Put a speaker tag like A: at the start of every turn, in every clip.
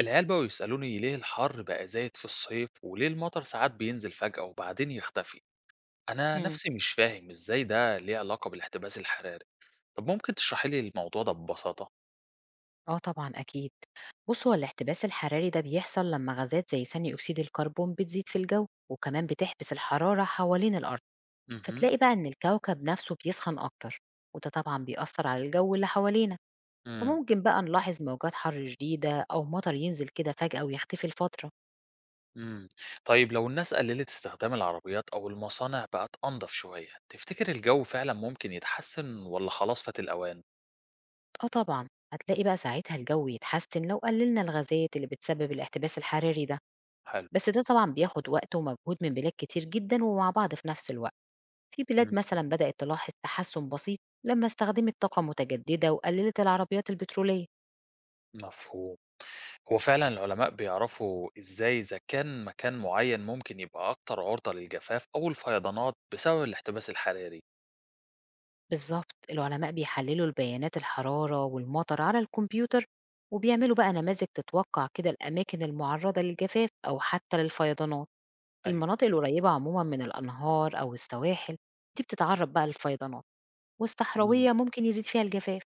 A: العيال بقوا يسألوني ليه الحر بقى زايد في الصيف وليه المطر ساعات بينزل فجأة وبعدين يختفي. أنا
B: إمم.
A: نفسي مش فاهم إزاي ده ليه علاقة بالاحتباس الحراري. طب ممكن تشرحي لي الموضوع ده ببساطة.
B: آه طبعًا أكيد. بُص، هو الاحتباس الحراري ده بيحصل لمّا غازات زي ثاني أكسيد الكربون بتزيد في الجو، وكمان بتحبس الحرارة حوالين الأرض،
A: امم.
B: فتلاقي بقى إن الكوكب نفسه بيسخن أكتر، وده طبعًا بيأثّر على الجو اللي حوالينا،
A: امم.
B: فممكن بقى نلاحظ موجات حر شديدة أو مطر ينزل كده فجأة ويختفي لفترة.
A: امم. طيب لو الناس قللت استخدام العربيات أو المصانع بقت أنظف شوية تفتكر الجو فعلا ممكن يتحسن ولا خلاص فات الأوان؟
B: آه طبعًا، هتلاقي بقى ساعتها الجو يتحسن لو قللنا الغازات اللي بتسبب الاحتباس الحراري ده،
A: حلو.
B: بس ده طبعًا بياخد وقت ومجهود من بلاد كتير جدًا ومع بعض في نفس الوقت. في بلاد
A: مم.
B: مثلا بدأت تلاحظ تحسن بسيط لما استخدمت طاقة متجددة وقللت العربيات البترولية.
A: مفهوم. هو فعلًا العلماء بيعرفوا إزاي إذا كان مكان معيّن ممكن يبقى أكتر عرضة للجفاف أو الفيضانات بسبب الاحتباس الحراري؟
B: بالظبط العلماء بيحللوا البيانات الحرارة والمطر على الكمبيوتر وبيعملوا بقى نماذج تتوقع كده الأماكن المعرضة للجفاف أو حتى للفيضانات.
A: أيوه.
B: المناطق القريبة عموما من الأنهار أو السواحل دي بتتعرض بقى للفيضانات،
A: إمم.
B: والصحراوية ممكن يزيد فيها الجفاف.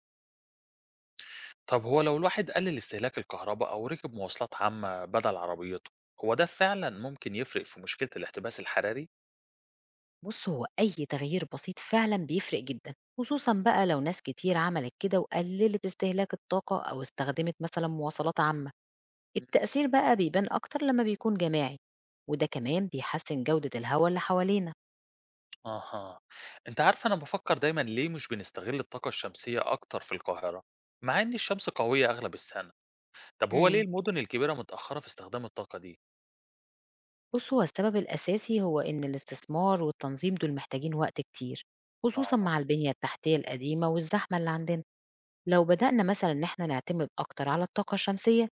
A: طب هو لو الواحد قلل استهلاك الكهرباء أو ركب مواصلات عامة بدل عربيته، هو ده فعلًا ممكن يفرق في مشكلة الاحتباس الحراري؟
B: بُص، هو أي تغيير بسيط فعلًا بيفرق جدًا، خصوصًا بقى لو ناس كتير عملت كده وقللت استهلاك الطاقة أو استخدمت مثلًا مواصلات عامة،
A: إمم.
B: التأثير بقى بيبان أكتر لما بيكون جماعي، وده كمان بيحسن جودة الهوا اللي حوالينا.
A: أها، أنت عارف أنا بافكر دايمًا ليه مش بنستغل الطاقة الشمسية أكتر في القاهرة، مع إن الشمس قوية أغلب السنة، طب هو ليه
B: امم.
A: المدن الكبيرة متأخرة في استخدام الطاقة دي؟
B: بُص، هو السبب الأساسي هو إن الاستثمار والتنظيم دول محتاجين وقت كتير، خصوصًا
A: آه.
B: مع البنية التحتية القديمة والزحمة اللي عندنا. لو بدأنا مثلا إن إحنا نعتمد أكتر على الطاقة الشمسية،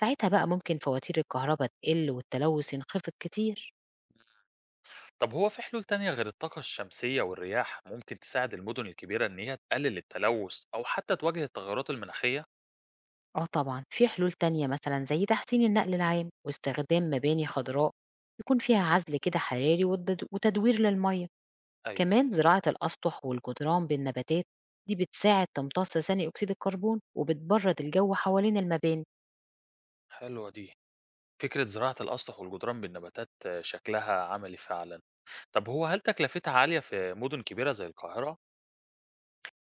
B: ساعتها بقى ممكن فواتير الكهرباء تقل والتلوث ينخفض كتير.
A: طب هو في حلول تانية غير الطاقة الشمسية والرياح ممكن تساعد المدن الكبيرة إن هي تقلل التلوث أو حتى تواجه التغيرات المناخية؟
B: اه طبعا في حلول تانية مثلا زي تحسين النقل العام واستخدام مباني خضراء يكون فيها عزل كده حراري، وتدوير للمية،
A: أيوة.
B: كمان زراعة الأسطح والجدران بالنباتات، دي بتساعد تمتص ثاني أكسيد الكربون وبتبرد الجو حوالين المباني.
A: حلوة دي. فكرة زراعة الأسطح والجدران بالنباتات شكلها عملي فعلا. طب هو هل تكلفتها عالية في مدن كبيرة زي القاهرة؟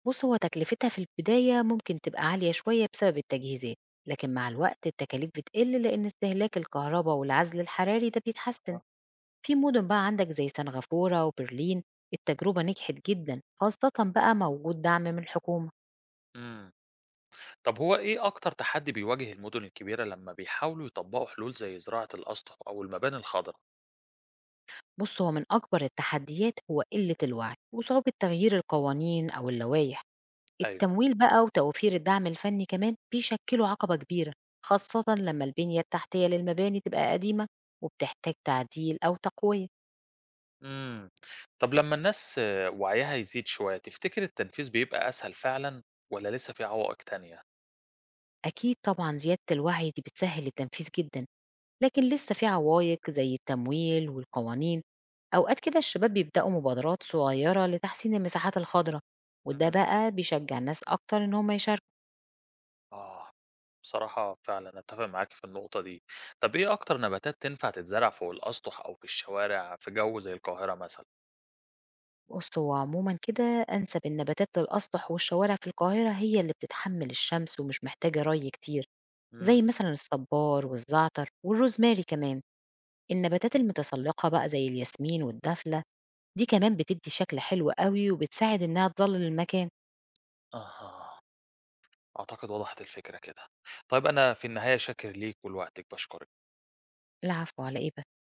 B: بُص، هو تكلفتها في البداية ممكن تبقى عالية شوية بسبب التجهيزات، لكن مع الوقت التكاليف بتقل لإن استهلاك الكهربا والعزل الحراري ده بيتحسن.
A: آه.
B: في مدن بقى عندك زي سنغافورة وبرلين التجربة نجحت جدًا، خاصة بقى مع وجود دعم من الحكومة.
A: مم. طب هو إيه أكتر تحدي بيواجه المدن الكبيرة لما بيحاولوا يطبقوا حلول زي زراعة الأسطح أو المباني الخضراء؟
B: بُص، هو من أكبر التحديات هو قلة الوعي وصعوبة تغيير القوانين أو اللوائح.
A: أيوة.
B: التمويل بقى وتوفير الدعم الفني كمان بيشكلوا عقبة كبيرة، خاصة لما البنية التحتية للمباني تبقى قديمة وبتحتاج تعديل أو تقوية.
A: إمم. طب لمّا الناس وعيها يزيد شوية، تفتكر التنفيذ بيبقى أسهل فعلًا والّا لسه في عوائق تانية؟
B: أكيد طبعًا زيادة الوعي دي بتسهّل التنفيذ جدًا، لكن لسه في عوايق زي التمويل والقوانين، أوقات كده الشباب بيبدأوا مبادرات صغيرة لتحسين المساحات الخضرا، وده
A: إمم.
B: بقى بيشجّع الناس أكتر إن هم يشاركوا.
A: آه. بصراحة فعلًا أتّفق معاك في النقطة دي. طب إيه أكتر نباتات تنفع تتزرع فوق الأسطح أو في الشوارع في جو زي القاهرة مثلًا؟
B: بُص، هو عمومًا كده أنسب النباتات للأسطح والشوارع في القاهرة هي اللي بتتحمّل الشمس ومش محتاجة ري كتير،
A: إمم.
B: زي مثلًا الصبار والزعتر والروزماري كمان. النباتات المتسلقة بقى زي الياسمين والدفلة، دي كمان بتدّي شكل حلو أوي وبتساعد إنها تظلّل المكان.
A: أها. أعتقد وضحت الفكرة كده. طيب أنا في النهاية شاكر ليك ولوقتك، باشكرك.
B: العفو على إيه بس